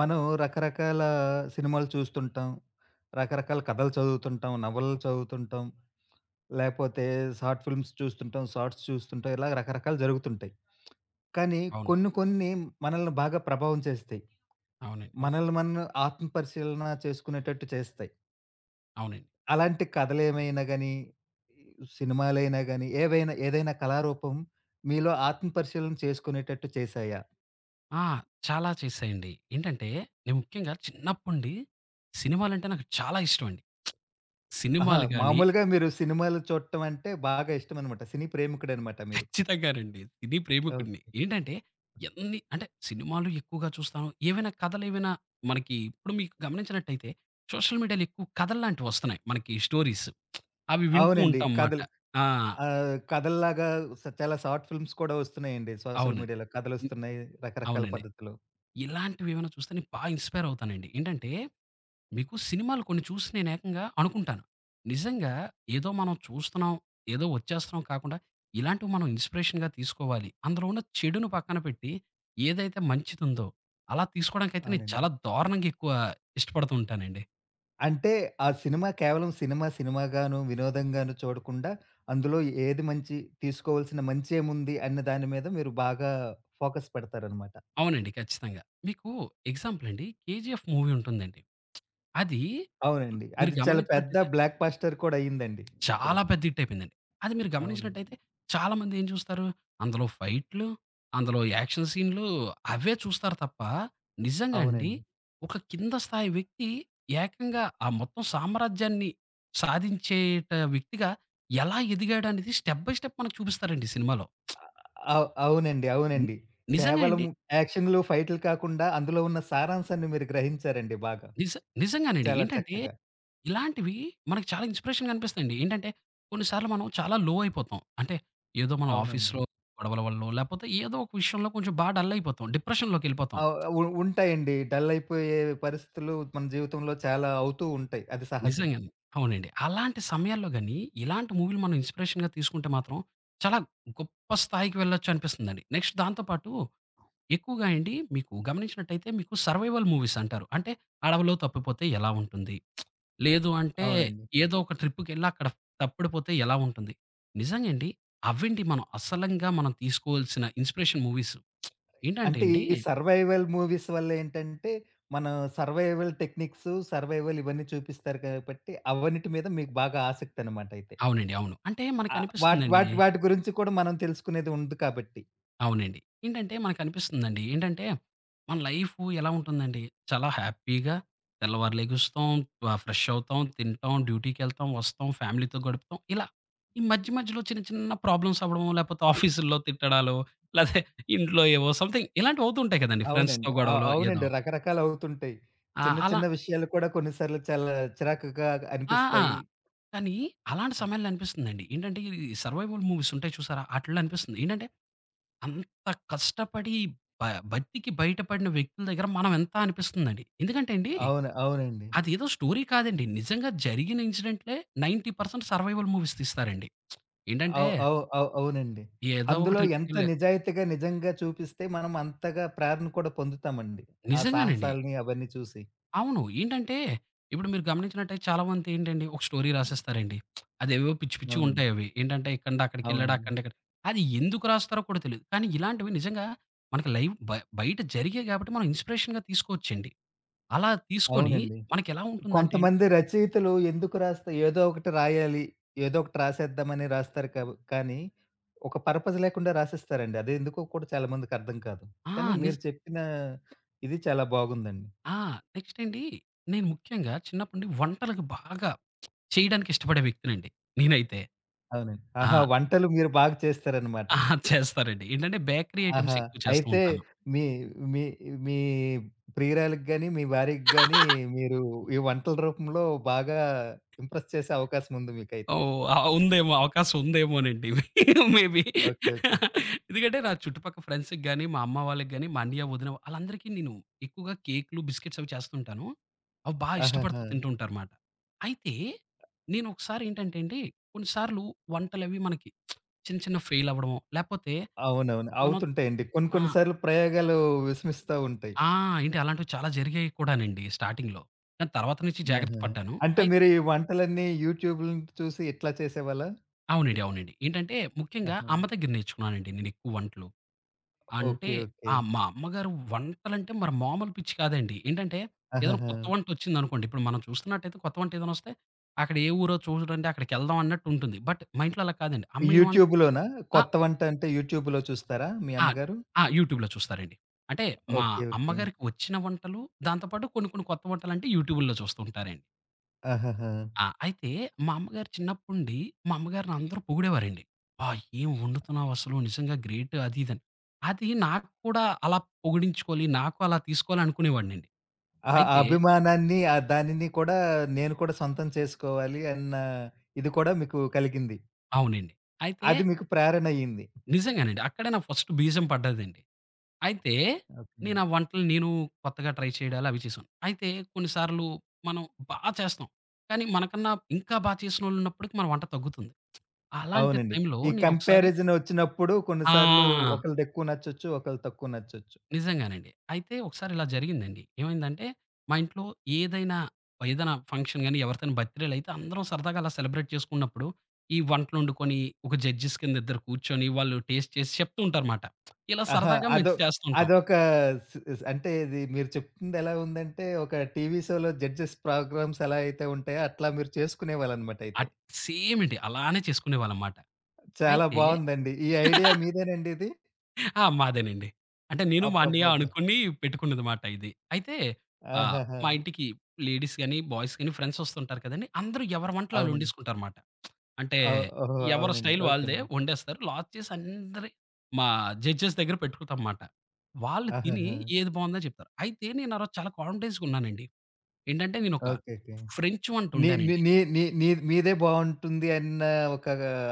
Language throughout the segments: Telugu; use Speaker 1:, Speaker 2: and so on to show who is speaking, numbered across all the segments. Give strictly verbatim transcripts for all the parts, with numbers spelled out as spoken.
Speaker 1: మనం రకరకాల సినిమాలు చూస్తుంటాం. రకరకాల కథలు చదువుతుంటాం. నవలలు చదువుతుంటాం. లేపోతే షార్ట్ ఫిల్మ్స్ చూస్తుంటాం. షార్ట్స్ చూస్తుంటాం. ఇలా రకరకాలు జరుగుతుంటాయి. కానీ
Speaker 2: అవును.
Speaker 1: కొన్ని కొన్ని మనల్ని బాగా ప్రభావం చేస్తాయి.
Speaker 2: అవునండి. అవును.
Speaker 1: మనల్ని మనం ఆత్మపరిశీలన చేసుకునేటట్టు చేస్తాయి.
Speaker 2: అవునండి.
Speaker 1: అలాంటి కథలేమైనా గాని, సినిమాలైనా గాని, ఏవైనా ఏదైనా కళారూపం మీలో ఆత్మపరిశీలన చేసుకునేటట్టు చేశాయా?
Speaker 2: ఆ! చాలా చేశాయండి. ఏంటంటే, నేను ముఖ్యంగా చిన్నప్పండి సినిమాలంటే నాకు చాలా ఇష్టమండి.
Speaker 1: ఆహా!
Speaker 2: సినిమాలు గాని
Speaker 1: మామూలుగా మీరు సినిమాలు చూడటం అంటే బాగా ఇష్టమనమాట. సినీ ప్రేమికుడనమాట మీరు.
Speaker 2: ఖచ్చితంగానండి. సినీ
Speaker 1: ఓహ్!
Speaker 2: ప్రేమికుడిని. ఏంటంటే, ఎన్ని అంటే సినిమాలు ఎక్కువగా చూస్తాను. ఏవైనా కథలేవైనా మనకి ఇప్పుడు మీకు గమనించినట్టయితే సోషల్ మీడియాలో ఎక్కువ కథల్లాంటివొస్తున్నాయి. మనకి స్టోరీస్. అవి వింటూ
Speaker 1: అవునండి.
Speaker 2: ఉంటాం మాట.
Speaker 1: కథలు
Speaker 2: ఆ!
Speaker 1: ఆహ్, కథల్లాగా స చాలా షార్ట్ ఫిల్మ్స్ కూడా వస్తున్నాయండి. సోషల్
Speaker 2: అవును.
Speaker 1: మీడియాలో
Speaker 2: హ్మ్.
Speaker 1: కథలొస్తున్నాయి రకరకాల
Speaker 2: అవునండి.
Speaker 1: పద్ధతిలో.
Speaker 2: ఇలాంటివేమైనా చూస్తే నేను బా ఇన్‌స్పైర్ అవుతానండి. ఏంటంటే మీకు సినిమాలు కొన్ని చూసి నేను ఏకంగా అనుకుంటాను. నిజంగా ఏదో మనం చూస్తున్నాం, ఏదో వచ్చేస్తున్నాం కాకుండా ఇలాంటివి మనం ఇన్‌స్పిరేషన్‌గా తీసుకోవాలి. అందులో ఉన్న చెడును పక్కన పెట్టి ఏదైతే మంచిదుందో అలా తీసుకోవడానికైతే నేను
Speaker 1: అవునండి.
Speaker 2: చాలా దారుణంగా ఎక్కువ ఇష్టపడుతూ ఉంటానండి.
Speaker 1: అంటే ఆ సినిమా కేవలం సినిమా, సినిమాగాను, వినోదంగాను చూడకుండా అందులో ఏది మంచి తీసుకోవాల్సిన మంచేముంది అన్న దాని మీద మీరు బాగా ఫోకస్ పెడతారనమాట.
Speaker 2: అవునండి. ఖచ్చితంగా. మీకు ఎగ్జాంపుల్ అండి 'కేజీఎఫ్' మూవీ ఉంటుందండి. అది
Speaker 1: అవునండి.
Speaker 2: మీరు
Speaker 1: అది చాలా పెద్ద
Speaker 2: గమనించినట్టయితే
Speaker 1: బ్లాక్ బస్టర్ కూడా అయిందండి ఇప్పుడు.
Speaker 2: చాలా పెద్ద హిట్ అయిపోయిందండి. అది మీరు
Speaker 1: అవునండి.
Speaker 2: గమనించినట్టయితే చాలామంది ఏం చూస్తారు, అందులో ఫైట్‌లు, అందులో యాక్షన్ సీన్‌లు అవే చూస్తారు తప్ప, నిజంగా అండి
Speaker 1: అవునండి.
Speaker 2: ఒక కింద స్థాయి వ్యక్తి ఏకంగా ఆ మొత్తం సామ్రాజ్యాన్ని సాధించేట వ్యక్తిగా ఎలా ఎదిగాడు అనేది స్టెప్ బై స్టెప్ మనకు చూపిస్తారండి ఈ సినిమాలో.
Speaker 1: అవ్ అవునండి.
Speaker 2: ని
Speaker 1: అవునండి.
Speaker 2: నిజంగా
Speaker 1: కేవలం
Speaker 2: అండి.
Speaker 1: యాక్షన్‌లు, ఫైట్‌లు కాకుండా అందులో ఉన్న సారాంశాన్ని మీరు గ్రహించారండి బాగా.
Speaker 2: నిజ నిజంగానండి.
Speaker 1: చాలా
Speaker 2: ఏంటంటే
Speaker 1: చక్కగా.
Speaker 2: ఇలాంటివి మనకు చాలా ఇన్‌స్పిరేషన్‌గా అనిపిస్తాయండి. ఏంటంటే కొన్నిసార్లు మనం చాలా లో అయిపోతాం. అంటే ఏదో మనం
Speaker 1: అవునండి.
Speaker 2: ఆఫీస్‌లో గొడవల వల్లో, లేపోతే ఏదో ఒక విషయంలో కొంచెం బాగా డల్ అయిపోతాం. డిప్రెషన్‌లోకెళ్ళిపోతాం.
Speaker 1: ఆహ్, ఉ ఉంటాయండి. డల్ అయిపోయే పరిస్థితులు మన జీవితంలో చాలా అవుతూ ఉంటాయి. అది సహజం.
Speaker 2: నిజంగానే. అవునండి. అలాంటి సమయాల్లో గాని, ఇలాంటి మూవీలు మనం ఇన్‌స్పిరేషన్‌గా తీసుకుంటే మాత్రం చాలా గొప్ప స్థాయికి వెళ్ళొచ్చు అనిపిస్తుందండి. నెక్స్ట్ దాంతో పాటు ఎక్కువగా అండి మీకు గమనించినట్టయితే మీకు సర్వైవల్ మూవీస్ అంటారు. అంటే అడవిలో తప్పిపోతే ఎలా ఉంటుంది? లేదు అంటే
Speaker 1: అవునండి.
Speaker 2: ఏదో ఒక ట్రిప్‌కెళ్ళి అక్కడ తప్పిడిపోతే ఎలా ఉంటుంది? నిజంగా అండి. అవేంటి మనం అసలంగా మనం తీసుకోవాల్సిన ఇన్‌స్పిరేషన్ మూవీస్. ఏంటంటే
Speaker 1: అంటే
Speaker 2: అండి
Speaker 1: ఈ సర్వైవల్ మూవీస్ వల్ల ఏంటంటే, మన సర్వైవల్ టెక్నిక్స్, సర్వైవల్ ఇవన్నీ చూపిస్తారు కాబట్టి, అవన్నిటి మీద మీకు బాగా ఆసక్తనమాట అయితే.
Speaker 2: అవునండి. అవును. అంటే
Speaker 1: ఆహ్, వాటి
Speaker 2: మనకనిపిస్తుందండి
Speaker 1: వాటి వాటి గురించి కూడా మనం తెలుసుకునేది ఉంది కాబట్టి.
Speaker 2: అవునండి. ఏంటంటే మనకనిపిస్తుందండి. ఏంటంటే మన లైఫు ఎలా ఉంటుందండి, చాలా హ్యాపీగా తెల్లవారు లెగుస్తాం, ఆహ్, ఫ్రెష్ అవుతాం, తింటాం, డ్యూటీకెళ్తాం, వస్తాం, ఫ్యామిలీతో గడుపుతాం. ఇలా ఈ మధ్య మధ్యలో చిన్న చిన్న ప్రాబ్లమ్స్ అవ్వడమో, లేపోతే ఆఫీసుల్లో తిట్టడాలో, లేతే ఇంట్లో ఏవో సంథింగ్ ఇలాంటివి అవుతుంటాయి కదండీ. ఫ్రెండ్స్‌తో
Speaker 1: అవునండి. అ
Speaker 2: గొడవలో ఏదో.
Speaker 1: అవునండి. రకరకాలవుతుంటాయి.
Speaker 2: ఆ!
Speaker 1: చిన్న
Speaker 2: అలా
Speaker 1: చిన్న విషయాలు కూడా కొన్నిసార్లు చాలా చిరాకుగా
Speaker 2: ఆ! ఆ.
Speaker 1: అనిపిస్తాయి.
Speaker 2: కానీ అలాంటి
Speaker 1: అవును.
Speaker 2: సమయాల్లో అనిపిస్తుందండి. ఏంటంటే ఈ సర్వైవల్ మూవీస్ ఉంటాయి చూసారా? ఆటిల్లో అనిపిస్తుంది. ఏంటంటే అంత కష్టపడి బ భక్తికి బయటపడిన వ్యక్తుల దగ్గర మనం ఎంత అనిపిస్తుందండి. ఎందుకంటే అండి,
Speaker 1: అవును. అవునండి.
Speaker 2: అదేదో స్టోరీ కాదండి. నిజంగా జరిగిన ఇన్సిడెంట్‌లే తొంభై శాతం సర్వైవల్ మూవీస్ తీస్తారండి. ఏంటంటే,
Speaker 1: అవు అవు అవు అవునండి.
Speaker 2: ఏదో ఒక
Speaker 1: అందులో ఎంత
Speaker 2: ట్రిప్‌కెళ్ళా
Speaker 1: నిజాయితీగా నిజంగా చూపిస్తే మనం అంతగా ప్రేరణ కూడా పొందుతామండి. ఆ
Speaker 2: నిజంగానండి.
Speaker 1: సాహసాలని అవన్నీ చూసి.
Speaker 2: అవును. ఏంటంటే, ఇప్పుడు మీరు గమనించినట్టయితే చాలా మంది ఏంటండి, ఒక స్టోరీ రాసేస్తారండి. అదేవేవో పిచ్చి
Speaker 1: అవునండి.
Speaker 2: పిచ్చివుంటాయి అవి. ఏంటంటే, ఇక్కడి నుండి అక్కడికెళ్ళాడు,
Speaker 1: అవునండి.
Speaker 2: అక్కడి నుండి ఇక్కడ అది ఎందుకు రాస్తారో కూడా తెలీదు. కానీ ఇలాంటివి నిజంగా మనకి లైవ్ బ బయట జరిగాయి కాబట్టి మనం ఇన్స్‌పిరేషన్‌గా తీసుకోవచ్చండి. అలా తీసుకొని
Speaker 1: అవునండి.
Speaker 2: మనకెలా ఉంటుందంటే అండి
Speaker 1: కొంతమంది రచయితలు ఎందుకు రాస్తా ఏదో ఒకటి రాయాలి, ఏదో ఒకటి రాసేద్దామని రాస్తారు కబ్ కానీ, ఒక పర్పస్ లేకుండా రాసేస్తారండి. అదెందుకో కూడా చాలా మందికి అర్థం కాదు.
Speaker 2: ఆ!
Speaker 1: కానీ
Speaker 2: నిజ్
Speaker 1: మీరు చెప్పిన ఇది చాలా బాగుందండి.
Speaker 2: ఆ! నెక్స్ట్ అండి నేను ముఖ్యంగా చిన్నప్పటి నుండి వంటలకు బాగా చేయడానికి ఇష్టపడే వ్యక్తినండి నేనైతే.
Speaker 1: అవునండి. ఆహా!
Speaker 2: ఆ!
Speaker 1: వంటలు మీరు బాగా చేస్తారనమాట.
Speaker 2: ఆ! చేస్తానండి. ఏంటంటే బేకరీ ఐటెమ్స్
Speaker 1: ఆహా!
Speaker 2: ఎక్కువ చేస్తూ
Speaker 1: అయితే
Speaker 2: ఉంటాను.
Speaker 1: మీ మీ మీ ప్రియురాలికి గాని, మీ భార్యకి గాని మీరు ఈ వంటల రూపంలో బాగా ఇంప్రెస్ చేసే అవకాశం ఉంది మీకైతే.
Speaker 2: ఓహ్! ఆ! ఉందేమో అవకాశం ఉందేమోనండి. మేబీ.
Speaker 1: ఓకే. ఓకే.
Speaker 2: ఎందుకంటే నా చుట్టుపక్క ఫ్రెండ్స్‌కి గాని, మా అమ్మ వాళ్ళకి గాని, మా అన్నయ్య, వదిన ఆళ్ళందరికీ నేను ఎక్కువగా కేకులు, బిస్కిట్స్ అవి చేస్తుంటాను. అవి బా ఇష్టపడుతూ
Speaker 1: ఆహాహా!
Speaker 2: తింటూ ఉంటారుమాట. అయితే నేనొకసారి ఏంటంటే అండి, కొన్ని సార్లు వంటలవి మనకి చిన్న చిన్న ఫెయిల్ అవ్వడమో, లేపోతే
Speaker 1: అవునవును.
Speaker 2: మనం
Speaker 1: అవుతుంటాయండి. కొన్ని
Speaker 2: ఆ!
Speaker 1: కొన్ని సార్లు ప్రయోగాలు విస్మిస్తా ఉంటాయి.
Speaker 2: ఆ! ఏంటి అలాంటివి చాలా జరిగాయి కూడానండి స్టార్టింగ్‌లో. కానీ తర్వాత నుంచి జాగ్రత్త
Speaker 1: ఆహా!
Speaker 2: పడ్డాను.
Speaker 1: అంటే
Speaker 2: అయి
Speaker 1: మీరు ఈ వంటలన్నీ యూట్యూబ్‌లను చూసి ఇట్లా చేసేవాళ్ళా?
Speaker 2: అవునండి. అవునండి. ఏంటంటే ముఖ్యంగా
Speaker 1: ఆహా!
Speaker 2: అమ్మ దగ్గర నేర్చుకున్నానండి నేనెక్కువ వంటలు. అంటే
Speaker 1: ఓకే. ఓకే.
Speaker 2: ఆ! మా అమ్మగారు వంటలంటే మరి మామూలు పిచ్చి కాదండి. ఏంటంటే ఏదైనా
Speaker 1: ఆహాహా!
Speaker 2: కొత్త వంటొచ్చిందనుకోండి, ఇప్పుడు మనం చూస్తున్నట్టయితే కొత్త వంట ఏదైనా వస్తే అక్కడ ఏ ఊరో చూడండి అక్కడికెళ్దాం అన్నట్టుంటుంది. బట్ మా ఇంట్లో అలా కాదండి. అమ్మ ఏమన్
Speaker 1: యూట్యూబ్‌లోనా?
Speaker 2: ఆ!
Speaker 1: కొత్త వంట అంటే యూట్యూబ్‌లో చూస్తారా మీ
Speaker 2: ఆ!
Speaker 1: అమ్మగారు?
Speaker 2: ఆ! యూట్యూబ్‌లో చూస్తారండి. అంటే మా
Speaker 1: ఓకే. ఓకే.
Speaker 2: అమ్మగారికి వచ్చిన వంటలు దాంతో పాటు కొన్ని కొన్ని కొత్త వంటలంటే యూట్యూబుల్లో చూస్తూ ఉంటారండి.
Speaker 1: ఆహాహా!
Speaker 2: ఆ! అయితే మా అమ్మగారు చిన్నప్పుండి మా అమ్మగారిని అందరూ పొగిడేవారండి. "అబ్బా! ఏం వండుతున్నావు అసలు నిజంగా గ్రేట్" అది ఇదని. అది నాకు కూడా అలా పొగిడించుకోవాలి, నాకు అలా తీసుకోవాలి అనుకునేవాడినండి.
Speaker 1: ఆ ఆ
Speaker 2: అయితే
Speaker 1: అభిమానాన్ని ఆ దానిని కూడా నేను కూడా సొంతం చేసుకోవాలి అన్న ఇది కూడా మీకు కలిగింది.
Speaker 2: అవునండి. అయితే
Speaker 1: అది మీకు ప్రేరణ అయింది.
Speaker 2: నిజంగానండి. అక్కడే నా ఫస్ట్ బీజం పడ్డదండి. అయితే నేను ఆ
Speaker 1: ఓకేనండి.
Speaker 2: వంటలు నేను కొత్తగా ట్రై చేయడాలు అవి చేశాను. అయితే కొన్ని సార్లు మనం బా చేస్తాం. కానీ మనకన్నా ఇంకా బా చేసినోళ్ళున్నప్పటికి మన వంట తగ్గుతుంది. అలాంటి
Speaker 1: అవునండి.
Speaker 2: టైంలో
Speaker 1: ఈ
Speaker 2: నేనొకసారి
Speaker 1: కంపారిజన్ వచ్చినప్పుడు
Speaker 2: ఆ!
Speaker 1: కొన్నిసార్లు ఒకళ్ళదెక్కువ నచ్చొచ్చు, ఒకళ్ళది తక్కువ నచ్చొచ్చు.
Speaker 2: నిజంగానండి. అయితే ఒకసారి ఇలా జరిగిందండి. ఏమైందంటే, మా ఇంట్లో ఏదైనా, ఏదైనా ఫంక్షన్ గాని, ఎవరిదైనా బర్త్‌డే‌లైతే అందరం సరదాగా అలా సెలబ్రేట్ చేసుకున్నప్పుడు, ఈ వంటలొండుకొని, ఒక జడ్జెస్ కింద ఇద్దరు కూర్చొని, వాళ్ళు టేస్ట్ చేసి చెప్తూ ఉంటారుమాట. ఇలా
Speaker 1: ఆహా!
Speaker 2: సరదాగా మేము
Speaker 1: అదో
Speaker 2: చేస్తుంటాం.
Speaker 1: అదొక స్ స్ అంటే ఇది మీరు చెప్తుంది ఎలా ఉందంటే, ఒక టీవీ షోలో జడ్జెస్ ప్రోగ్రామ్స్ ఎలా అయితే ఉంటాయో, అట్లా మీరు చేసుకునేవాళ్ళనమాట అయితే.
Speaker 2: అట్ సేమ్ అండి. అలానే చేసుకునేవాళ్ళమాట.
Speaker 1: చాలా
Speaker 2: అయితే
Speaker 1: బావుందండి. ఈ ఐడియా మీదేనండి ఇది?
Speaker 2: ఆ! మాదేనండి. అంటే నేను, మా అన్నయ్య
Speaker 1: అబ్బబ్బబ్బా!
Speaker 2: అనుకుని పెట్టుకున్నదిమాట ఇది. అయితే ఆహ్,
Speaker 1: ఆహాహా!
Speaker 2: మా ఇంటికి లేడీస్ గాని, బాయ్స్ గాని ఫ్రెండ్స్ వస్తుంటారు కదండీ! అందరూ ఎవరి వంటలు
Speaker 1: అవునండి.
Speaker 2: ఆళ్ళొండేసుకుంటారుమాట. అంటే
Speaker 1: అవ్ ఓహో!
Speaker 2: ఎవరి
Speaker 1: అవునండి.
Speaker 2: స్టైల్ వాళ్ళదే
Speaker 1: ఓకేనండి.
Speaker 2: వండేస్తారు. లాస్ట్ చేసి అందరి మా జడ్జెస్ దగ్గర పెట్టుకుతాంమాట. వాళ్ళు తిని
Speaker 1: ఆహాహా!
Speaker 2: ఏది బావుందని చెప్తారు. అయితే నేను ఆరోజు చాలా కాన్ఫిడెన్స్‌గా ఉన్నానండి. ఏంటంటే నేనొక
Speaker 1: ఓకే. ఓకే.
Speaker 2: ఫ్రెంచ్ వంట
Speaker 1: నీ నీ
Speaker 2: వండానండి.
Speaker 1: నీ నీ నీ మీదే బావుంటుంది అన్న ఒక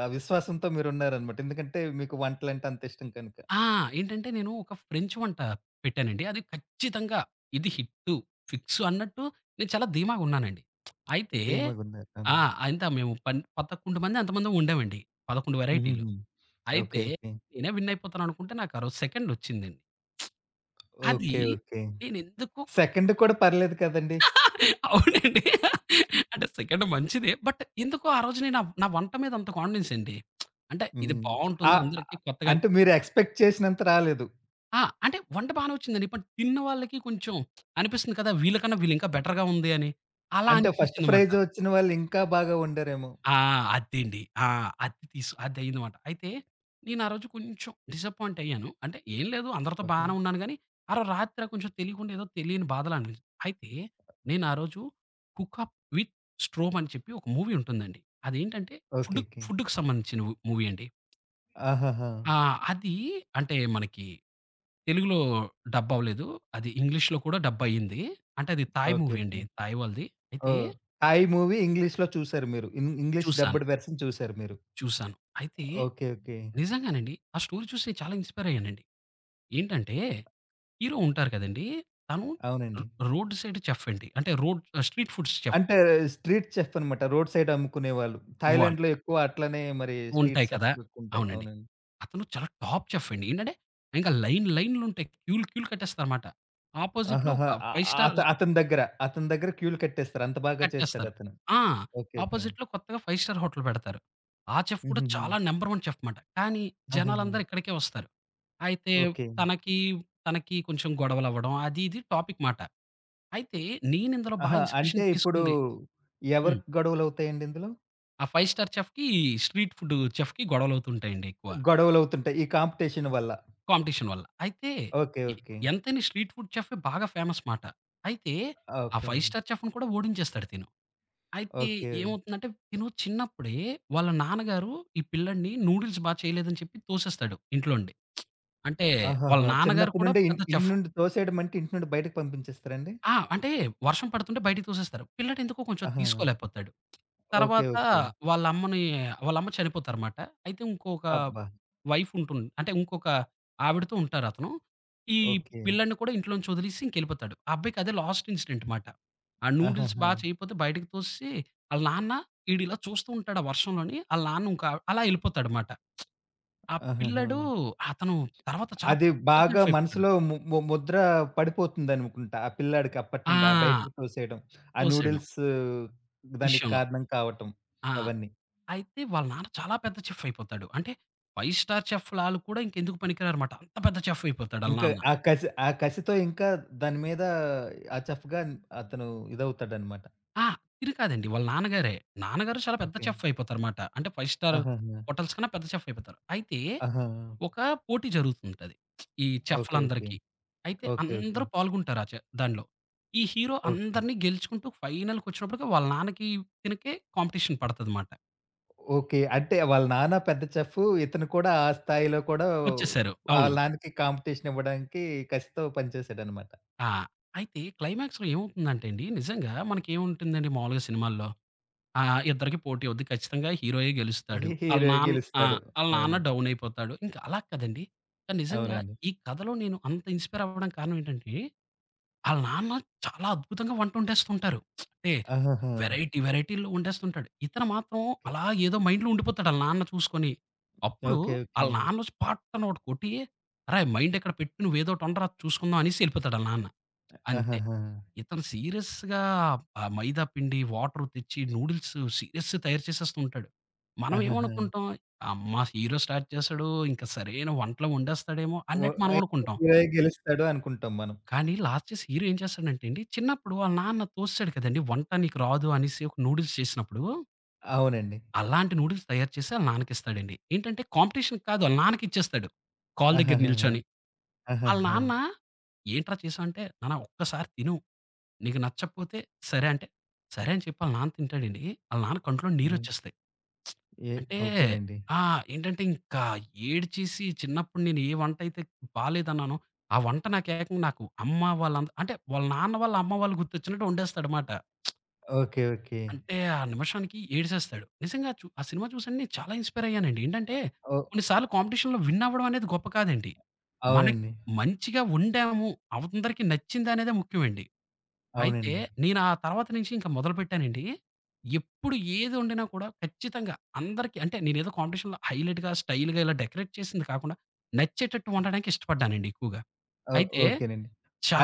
Speaker 1: అవిశ్వాసంతో మీరున్నారనమాట. ఎందుకంటే మీకు వంటలంటే అంత ఇష్టం కనుక.
Speaker 2: ఆ! ఏంటంటే నేను ఒక ఫ్రెంచ్ వంట పెట్టానండి. అది ఖచ్చితంగా ఇది హిట్టు, ఫిక్సు అన్నట్టు నేను చాలా ధీమాగా ఉన్నానండి. అయితే
Speaker 1: ధీమాగున్నారు. అవునా?
Speaker 2: ఆ! అంతా మేము పన్ పదకొండు మంది ఎంతమందో వండామండి. పదకొండు వెరైటీలు.
Speaker 1: హుహుహు.
Speaker 2: అయితే
Speaker 1: ఓకే. ఓకే.
Speaker 2: నేనే విన్ అయిపోతాననుకుంటే నాకు ఆరోజు సెకండొచ్చిందండి. అది
Speaker 1: ఓకే. ఓకే.
Speaker 2: నేనెందుకో
Speaker 1: సెకండ్ కూడా పర్లేదు కదండీ!
Speaker 2: అవునండి. అంటే సెకండ్ మంచిదే. బట్ ఎందుకో ఆ రోజు నేను నా వంట మీద అంత కాన్ఫిడెన్స్ అండి. అంటే ఇది
Speaker 1: హ్మ్.
Speaker 2: బావుంటుంది
Speaker 1: ఆహ్,
Speaker 2: అందరికి కొత్తగా
Speaker 1: అంటే
Speaker 2: అనిపిస్తుంది.
Speaker 1: మీరు ఎక్స్‌పెక్ట్ చేసినంత రాలేదు.
Speaker 2: ఆ! అంటే వంట బానే వచ్చిందండి. బట్ తిన్న వాళ్ళకి కొంచెం అనిపిస్తుంది కదా! వీళ్ళకన్నా వీళ్ళు ఇంకా బెటర్‌గా ఉంది అని. అలా
Speaker 1: అంటే ఫస్ట్
Speaker 2: అనిపించిందన్నమాట.
Speaker 1: ప్రైజ్ వచ్చిన వాళ్ళు ఇంకా బాగా వండారేమో.
Speaker 2: ఆ! అదండి. ఆ! అది తీసు అదయిందమాట. అయితే నేను ఆ రోజు కొంచెం డిసప్పాయింట్ అయ్యాను. అంటే ఏం లేదు అందరితో
Speaker 1: ఓకే.
Speaker 2: బానే ఉన్నాను గానీ, ఆ రోజు రాత్రి కొంచెం తెలియకుండా ఏదో తెలియని బాధలా అనిపించింది. అయితే నేను ఆ రోజు 'హుక్ అప్ విత్ స్ట్రోమ్' అని చెప్పి ఒక మూవీ ఉంటుందండి. అదేంటంటే
Speaker 1: ఓకే.
Speaker 2: Food
Speaker 1: okay.
Speaker 2: ఫుడ్‌కి సంబంధించిన మూవీ అండి.
Speaker 1: ఆహాహా!
Speaker 2: ఆ! అది అంటే మనకి తెలుగులో డబ్ అవ్వలేదు. అది ఇంగ్లీష్‌లో కూడా డబ్ అయింది. అంటే అది థాయ్
Speaker 1: ఓకే.
Speaker 2: మూవీ అండి.
Speaker 1: ఓకే.
Speaker 2: థాయ్ వాళ్ళది. అయితే
Speaker 1: ఓహ్! 'థాయ్' మూవీ ఇంగ్లీష్‌లో చూసారు మీరు. ఇం ఇంగ్లీష్
Speaker 2: చూసాను.
Speaker 1: డబ్బుడ్ వెర్షన్ చూసారు మీరు.
Speaker 2: చూసాను. అయితే
Speaker 1: ఓకే. ఓకే.
Speaker 2: నిజంగానండి. ఆ స్టోరీ చూసి నేను చాలా ఇన్‌స్పైర్ అయ్యానండి. ఏంటంటే హీరో ఉంటారు కదండీ! తను రో
Speaker 1: అవునండి.
Speaker 2: రోడ్ సైడ్ చెఫ్ అండి. అంటే రోడ్ స్ట్రీట్ ఫుడ్స్ చెఫ్
Speaker 1: అంటే స్ట్రీట్ చెఫ్ అనమాట. రోడ్ సైడ్ అమ్ముకునేవాళ్ళు.
Speaker 2: వాళ్ళు
Speaker 1: థాయిలాండ్‌లో ఎక్కువ అట్లనే మరి స్ట్రీట్
Speaker 2: ఉంటాయి కదా!
Speaker 1: చెఫ్‌లు ఎక్కువుంటాయి.
Speaker 2: అవునండి.
Speaker 1: అవునండి.
Speaker 2: అతను చాలా టాప్ చెఫ్ అండి. ఏంటంటే ఇంకా లైన్ లైన్‌లుంటాయి. క్యూలు క్యూలు కట్టేస్తారన్నమాట. అపోజిట్‌లో ఒక
Speaker 1: ఆహాహా! అ
Speaker 2: ఐదు స్టార్
Speaker 1: అత అతని దగ్గర, అతని దగ్గర క్యూలు కట్టేస్తారు. అంత బాగా
Speaker 2: కట్టేస్తారు.
Speaker 1: చేస్తాడతను.
Speaker 2: ఆ!
Speaker 1: ఓకే. ఓకే.
Speaker 2: అపోజిట్‌లో కొత్తగా ఐదు స్టార్ హోటల్ పెడతారు. ఆ చెఫ్ కూడా
Speaker 1: హుహుహు.
Speaker 2: చాలా నంబర్ ఒన్ చెఫ్ మాట. కానీ
Speaker 1: ఆహాహా!
Speaker 2: జనాలందరూ ఇక్కడికే వస్తారు. అయితే
Speaker 1: ఓకే.
Speaker 2: తనకి, తనకి కొంచెం గొడవలవ్వడం అది ఇది టాపిక్ మాట. అయితే నేనిందులో బా
Speaker 1: ఆహా! అంటే
Speaker 2: ఇన్స్‌పిరేషన్
Speaker 1: ఇప్పుడు
Speaker 2: తీసుకుంది హ్మ్.
Speaker 1: ఎవరికి గొడవలవుతాయండి ఇందులో?
Speaker 2: ఆ ఐదు స్టార్ చెఫ్‌కి, స్ట్రీట్ ఫుడ్ చెఫ్‌కి గొడవలవుతుంటాయండి ఎక్కువ.
Speaker 1: గొడవలవుతుంటాయి. ఈ కాంపిటీషన్ వల్ల.
Speaker 2: కాంపిటీషన్ వల్ల. అయితే
Speaker 1: ఓకే.
Speaker 2: ఎ
Speaker 1: ఓకే.
Speaker 2: ఎంతైనా స్ట్రీట్ ఫుడ్ చెఫే బాగా ఫేమస్ మాట. అయితే
Speaker 1: ఆ!
Speaker 2: ఆ ఐదు
Speaker 1: ఓకేనండి.
Speaker 2: స్టార్ చెఫ్‌ని కూడా ఓడించేస్తాడు తిను. అయితే
Speaker 1: ఓకే.
Speaker 2: ఏమవుతుందంటే తిను చిన్నప్పుడే వాళ్ళ నాన్నగారు ఈ పిల్లాడిని నూడిల్స్ బా చేయలేదని చెప్పి తోసేస్తాడు ఇంట్లో నుండి. అంటే వాళ్ళ
Speaker 1: ఆహాహా!
Speaker 2: నాన్నగారు
Speaker 1: చిన్నప్పటి
Speaker 2: కూడా
Speaker 1: నుండే ఇన్
Speaker 2: పెద్ద
Speaker 1: ఇంటి
Speaker 2: చెఫ్.
Speaker 1: నుండి తోసేయడం అంటే ఇంటి నుండి బయటకి పంపించేస్తారండి?
Speaker 2: ఆ! అంటే వర్షం పడుతుంటే బయటికి తోసేస్తారు. పిల్లాడెందుకో కొంచెం
Speaker 1: ఆహా!
Speaker 2: తీసుకోలేకపోతాడు.
Speaker 1: ఓకే.
Speaker 2: తర్వాత
Speaker 1: ఓకే.
Speaker 2: వాళ్ళమ్మని వాళ్ళమ్మ చనిపోతారమాట. అయితే ఇంకొక
Speaker 1: అబ్బా!
Speaker 2: వైఫ్ ఉంటుంది. అంటే ఇంకొక ఆవిడతో ఉంటారతను. ఈ
Speaker 1: ఓకే.
Speaker 2: పిల్లాడిని కూడా ఇంట్లోంచి వదిలేసి ఇంకెళ్ళిపోతాడు. ఆ అబ్బాయికి అదే లాస్ట్ ఇన్సిడెంట్ మాట. ఆ నూడిల్స్ బా
Speaker 1: ఆహాహా!
Speaker 2: చేయకపోతే బయటకి తోసేసి ఆళ్ళ నాన్న ఈడిలా చూస్తూ ఉంటాడు ఆ వర్షంలోని. ఆళ్ళ నాన్న ఇంకా అలా ఎళ్ళిపోతాడుమాట. ఆ
Speaker 1: ఆహాహా!
Speaker 2: పిల్లాడు అతను తర్వాత చాలా
Speaker 1: అది
Speaker 2: పెద్ద
Speaker 1: బాగా
Speaker 2: చెఫ్ అయిపోతాడు.
Speaker 1: మనసులో ము ము ముద్ర పడిపోతుందనుకుంటా. ఆ పిల్లాడికి అప్పటి
Speaker 2: ఆ!
Speaker 1: నుండి ఆ బయటికి తోసేయడం. ఆ
Speaker 2: తోసేయడం
Speaker 1: నూడిల్స్ దానికి
Speaker 2: విషయంలో.
Speaker 1: కారణం కావటం
Speaker 2: ఆ!
Speaker 1: అవన్నీ.
Speaker 2: అయితే వాళ్ళ నాన్న చాలా పెద్ద చెఫ్ అయిపోతాడు. అంటే ఐదు స్టార్ చెఫ్‌లు ఆళ్ళు కూడా ఇంకెందుకు పనికిరారుమాట. అంత పెద్ద చెఫ్ అయిపోతాడు ఆళ్ళ
Speaker 1: ఇంకా
Speaker 2: నాన్న.
Speaker 1: ఆ కసి ఆ కసితో ఇంకా దాని మీద ఆ చఫ్‌గా అతను ఇదవుతాడనమాట.
Speaker 2: ఆ! తిరు కాదండి. వాళ్ళ నాన్నగారే. నాన్నగారు చాలా పెద్ద
Speaker 1: ఓకే.
Speaker 2: చెఫ్ అయిపోతారుమాట. అంటే ఐదు స్టార్
Speaker 1: ఆహాహా!
Speaker 2: హోటల్స్ కన్నా పెద్ద చెఫ్ అయిపోతారు. అయితే
Speaker 1: ఆహా!
Speaker 2: ఒక పోటీ జరుగుతుంటది. ఈ
Speaker 1: ఓకే. ఓకే.
Speaker 2: చెఫ్‌లందరికీ. అయితే
Speaker 1: ఓకే. ఓకే.
Speaker 2: అందరూ పాల్గొంటారు ఆ చె దానిలో. ఈ హీరో
Speaker 1: ఓకే.
Speaker 2: అందరిని గెలుచుకుంటూ ఫైనల్‌కొచ్చినప్పటికి వాళ్ళ నాన్నకి, తినకే కాంపిటీషన్ పడతదన్నమాట.
Speaker 1: ఓకే. అంటే వాళ్ళ నాన్న పెద్ద చెఫ్. ఇతను కూడా ఆ స్థాయిలో కూడా
Speaker 2: వచ్చేసారు. అవును.
Speaker 1: ఆళ్ళ నాన్నకి కాంపిటీషన్ ఇవ్వడానికి కసితో పనిచేసాడనమాట.
Speaker 2: ఆ! అయితే క్లైమాక్స్‌లో ఏమవుతుందంటే అండి, నిజంగా మనకేముంటుందండి మామూలుగా సినిమాల్లో? ఆ! ఇద్దరికి పోటీ అవుద్ది. ఖచ్చితంగా హీరోయే గెలుస్తాడు.
Speaker 1: హీ
Speaker 2: ఆళ్ళ
Speaker 1: హీరో
Speaker 2: నాన్న ఆ!
Speaker 1: గెలుస్తాడు.
Speaker 2: ఆళ్ళ నాన్న
Speaker 1: అవును.
Speaker 2: డౌన్ అయిపోతాడు. ఇంక అలా కాదండి. కానీ నిజంగా
Speaker 1: అవునండి.
Speaker 2: ఈ కథలో నేను అంత ఇన్‌స్పైర్ అవ్వడం కారణం ఏంటంటే, ఆళ్ళ నాన్న చాలా అద్భుతంగా వంట వండేస్తుంటారు. అంటే
Speaker 1: ఆహాహా!
Speaker 2: వెరైటీ వెరైటీల్లో వండేస్తుంటాడు. ఇతను మాత్రం
Speaker 1: ఓకే.
Speaker 2: అలా ఏదో మైండ్‌లో ఉండిపోతాడు ఆళ్ళ నాన్న చూసుకొని. అప్పుడు
Speaker 1: ఓకే. ఓకే.
Speaker 2: ఆళ్ళ నాన్న వచ్చి పట్టన ఒకటి కొట్టి, "అరేయ్! మైండ్ ఇక్కడ పెట్టు నువ్వేదోటి వండరా చూసుకుందాం" అనేసి ఎళ్ళిపోతాడు ఆళ్ళ నాన్న. అంతే.
Speaker 1: ఆహాహా!
Speaker 2: ఇతను సీరియస్‌గా ఆ మైదా పిండి, వాటర్ తెచ్చి నూడిల్స్ సీరియస్ తయారు చేసేస్తుంటాడు. మనం
Speaker 1: ఆహాహా!
Speaker 2: ఏమనుకుంటాం, అమ్మ హీరో స్టార్ట్ చేసాడు, ఇంక సరైన వంటలు వండేస్తాడేమో
Speaker 1: ఓ
Speaker 2: అన్నట్టు మనం
Speaker 1: అయితే
Speaker 2: అనుకుంటాం.
Speaker 1: హీరోయే గెలుస్తాడు అనుకుంటాం మనం.
Speaker 2: కానీ లాస్ట్ చేసి హీరో ఏం చేస్తాడంటే అండి, చిన్నప్పుడు వాళ్ళ నాన్న తోసేసాడు కదండీ! వంట నీకు రాదు అనేసి ఒక నూడిల్స్ చేసినప్పుడు,
Speaker 1: అవునండి.
Speaker 2: అలాంటి నూడిల్స్ తయారు చేసి ఆళ్ళ నాన్నకిస్తాడండి. ఏంటంటే కాంపిటీషన్ కాదు ఆళ్ళ నాన్నకిచ్చేస్తాడు. కాలు దగ్గర
Speaker 1: ఆహాహాహా!
Speaker 2: నిల్చొని. ఆళ్ళ
Speaker 1: ఆహాహా!
Speaker 2: నాన్న ఏంట్రా చేసావు అంటే, నాన్న ఒక్కసారి తిను నీకు నచ్చకపోతే సరే అంటే, సరే అని చెప్పి ఆళ్ళ నాన్న తింటాడండి. ఆళ్ళ నాన్న కంట్లో
Speaker 1: ఏం
Speaker 2: నీరొచ్చేస్తాయి.
Speaker 1: ఏ
Speaker 2: అంటే
Speaker 1: ఓకేనండి.
Speaker 2: ఆ! ఏంటంటే ఇంకా ఏడ్చేసి చిన్నప్పుడు నేను ఏ వంటైతే బాలేదన్నానో, ఆ వంట నాకు ఏకంగా నాకు అమ్మ వాళ్ళంద అంటే వాళ్ళ నాన్న వాళ్ళ అమ్మ వాళ్ళు గుర్తొచ్చినట్టు వండేస్తాడమాట.
Speaker 1: ఓకే. ఓకే.
Speaker 2: అంటే ఆ నిమిషానికి ఏడిసేస్తాడు. నిజంగా చు ఆ సినిమా చూసండి నేను చాలా ఇన్‌స్పైర్ అయ్యానండి. ఏంటంటే
Speaker 1: ఓ
Speaker 2: కొన్ని సార్లు కాంపిటీషన్‌లో విన్ అవ్వడం అనేది గొప్ప కాదండి. మనకి
Speaker 1: అవునండి.
Speaker 2: మంచిగా వండాము, అందరికి నచ్చిందనేదే ముఖ్యమండి. అయితే
Speaker 1: అవునండి.
Speaker 2: నేను ఆ తర్వాత నుంచి ఇంక మొదలుపెట్టానండి. ఎప్పుడు ఏది వండినా కూడా ఖచ్చితంగా అందరికి అంటే నేనేదో కాంపిటీషన్‌లో హైలైట్‌గా, స్టైల్‌గా ఇలా డెకరేట్ చేసింది కాకుండా నచ్చేటట్టు వండడానికి ఇష్టపడ్డానండి ఎక్కువగా.
Speaker 1: ఓ
Speaker 2: అయితే
Speaker 1: ఓకేనండి.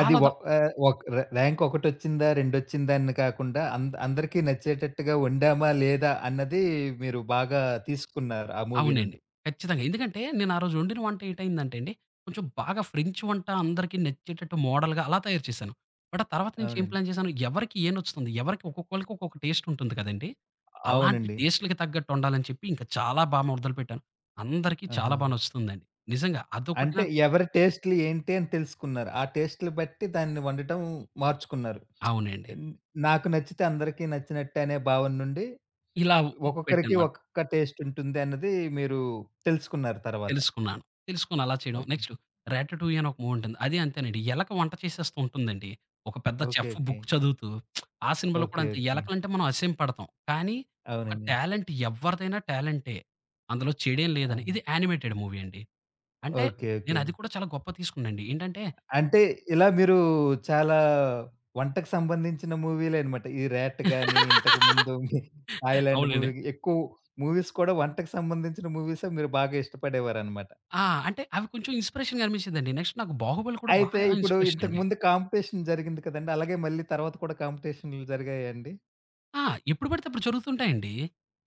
Speaker 1: అది ఒ
Speaker 2: ద
Speaker 1: ఆహ్, ఒక్ ర్యా ర్యాంక్ ఒకటొచ్చిందా, రెండొచ్చిందా అని కాకుండా అంద అందరికీ నచ్చేటట్టుగా వండామా లేదా అన్నది మీరు బాగా తీసుకున్నారు ఆ మూవీ
Speaker 2: అవునండి.
Speaker 1: నుండి.
Speaker 2: ఖచ్చితంగా. ఎందుకంటే నేను ఆ రోజు వండిన వంట ఏటయిందంటే అండి, కొంచెం బాగా ఫ్రెంచ్ వంట అందరికీ నచ్చేటట్టు మోడల్‌గా అలా తయారు చేశాను. బట్ ఆ తర్వాత నుంచి ఏం
Speaker 1: అవునండి.
Speaker 2: ప్లాన్ చేశాను, ఎవరికి ఏ నచ్చుతుంది, ఎవరికి ఒక్కొక్కళ్ళకి ఒక్కొక్క టేస్ట్ ఉంటుంది కదండీ! అలాంటి
Speaker 1: అవునండి.
Speaker 2: టేస్ట్‌లకి తగ్గట్టు వండాలని చెప్పి ఇంకా చాలా బా మొదలుపెట్టాను. అందరికీ చాలా
Speaker 1: ఆహా!
Speaker 2: బా నచ్చుతుందండి. నిజంగా అదొకటి
Speaker 1: అంటే
Speaker 2: నాకు
Speaker 1: ఎవరి టేస్ట్‌లు ఏంటి అని తెలుసుకున్నారు. ఆ టేస్ట్‌లు బట్టి దాన్ని వండటం మార్చుకున్నారు.
Speaker 2: అవునండి.
Speaker 1: హ్మ్. నాకు నచ్చితే అందరికీ నచ్చినట్టే అనే భావన నుండి
Speaker 2: ఇలా హ్మ్.
Speaker 1: ఒక్కొక్కరికి
Speaker 2: పెట్టానమాట.
Speaker 1: ఒక్కొక్క టేస్ట్ ఉంటుంది అన్నది మీరు తెలుసుకున్నారు తర్వాత.
Speaker 2: తెలుసుకున్నాను. తెలుసుకొని అలా చేయడం.
Speaker 1: ఓకే.
Speaker 2: నెక్స్ట్ 'రాటటూయి' అని ఒక మూవీ ఉంటుంది. అది అంతేనండి. ఎలక వంట చేసేస్తూ ఉంటుందండి. ఒక పెద్ద
Speaker 1: ఓకే.
Speaker 2: Chef
Speaker 1: okay.
Speaker 2: బుక్ చదువుతూ. ఆ సినిమాలో కూడా
Speaker 1: ఓకే.
Speaker 2: అంతే.
Speaker 1: ఓకే.
Speaker 2: ఎలకలంటే మనం అసహ్యం పడతాం. కానీ ఒక
Speaker 1: అవునండి.
Speaker 2: టాలెంట్ ఎవ్వరిదైనా టాలెంటే. అందులో చెడేం లేదని. ఇది
Speaker 1: అవును.
Speaker 2: యానిమేటెడ్ మూవీ అండి. అంటే
Speaker 1: ఓకే.
Speaker 2: నేను
Speaker 1: ఓకే.
Speaker 2: అది కూడా చాలా గొప్పగా తీసుకున్నానండి. ఏంటంటే
Speaker 1: అంటే ఇలా మీరు చాలా వంటకు సంబంధించిన మూవీలేనమాట. ఈ 'ర్యాట్' గాని, ఇంతకుముందు మీ 'థాయిలాండ్'
Speaker 2: అవునండి.
Speaker 1: మూవీ ఎక్కువ మూవీస్ కూడా వంటకు సంబంధించిన మూవీసే మీరు బాగా ఇష్టపడేవారనమాట.
Speaker 2: ఆ! అంటే అవి కొంచెం ఇన్‌స్పిరేషన్‌గా అనిపించిందండి. నెక్స్ట్ నాకు 'బాహుబలి' కూడా
Speaker 1: అయితే
Speaker 2: బాగా
Speaker 1: ఇప్పుడు
Speaker 2: ఇన్‌స్పిరేషన్ అండి.
Speaker 1: ఇంతకుముందు కాంపిటీషన్ జరిగింది కదండీ! అలాగే మళ్ళీ తర్వాత కూడా కాంపిటీషన్‌లు జరిగాయా అండి?
Speaker 2: ఆ! ఎప్పుడు పడితే అప్పుడు జరుగుతుంటాయండి.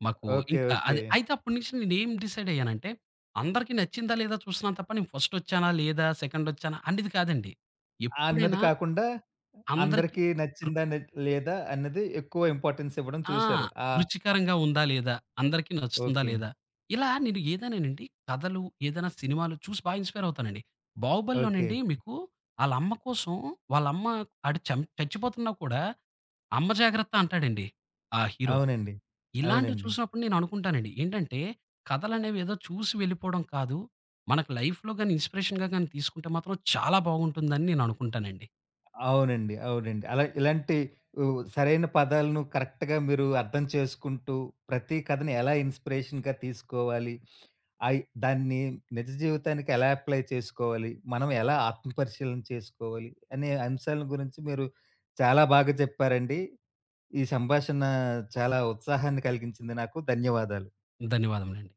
Speaker 2: మాకు
Speaker 1: ఓకే.
Speaker 2: ఇంకా
Speaker 1: ఓకే.
Speaker 2: అది అయితే అప్పటి నుంచి నేనేం డిసైడ్ అయ్యానంటే, అందరికి నచ్చిందా లేదా చూస్తున్నాను తప్ప నేను ఫస్ట్ వచ్చానా లేదా, సెకండ్ వచ్చానా అనేది కాదండి.
Speaker 1: ఆ అన్నది
Speaker 2: ఎప్పుడైనా
Speaker 1: కాకుండా
Speaker 2: అందరికి
Speaker 1: అందరికీ
Speaker 2: రు
Speaker 1: నచ్చిందా న లేదా అన్నది ఎక్కువ ఇంపార్టెన్స్ ఇవ్వడం
Speaker 2: ఆ!
Speaker 1: చూసారు. ఆ!
Speaker 2: రుచికరంగా ఉందా లేదా, అందరికీ నచ్చుతుందా
Speaker 1: ఓకే.
Speaker 2: లేదా, ఇలా నేను ఏదైనానండి కథలు, ఏదైనా సినిమాలు చూసి బాగా ఇన్‌స్పైర్ అవుతానండి.
Speaker 1: ఓకే.
Speaker 2: 'బాహుబలిలోనండి' మీకు ఆళ్ళ అమ్మ కోసం వాళ్ళ అమ్మ ఆడు చం చచ్చిపోతున్నా కూడా, అమ్మ జాగ్రత్త అంటాడండి ఆ హీరో.
Speaker 1: అవునండి.
Speaker 2: ఇలాంటివి
Speaker 1: అవునండి.
Speaker 2: చూసినప్పుడు నేననుకుంటానండి. ఏంటంటే, కథలనేవి ఏదో చూసి వెళ్ళిపోవడం కాదు. మనకు లైఫ్‌లో గాని ఇన్‌స్పిరేషన్‌గా గాని తీసుకుంటే మాత్రం చాలా బాగుంటుందని నేననుకుంటానండి.
Speaker 1: అవునండి. అవునండి. అలా ఇలాంటి ఉ సరైన పదాలను కరెక్ట్‌గా మీరు అర్థం చేసుకుంటూ, ప్రతి కథని ఎలా ఇన్‌స్పిరేషన్‌గా తీసుకోవాలి, అయి దాన్ని నిజ జీవితానికి ఎలా అప్లై చేసుకోవాలి, మనం ఎలా ఆత్మపరిశీలన చేసుకోవాలి, అనే అంశాల గురించి మీరు చాలా బాగా చెప్పారండి. ఈ సంభాషణ చాలా ఉత్సాహాన్ని కలిగించింది నాకు. ధన్యవాదాలు.
Speaker 2: ధన్యవాదములండి.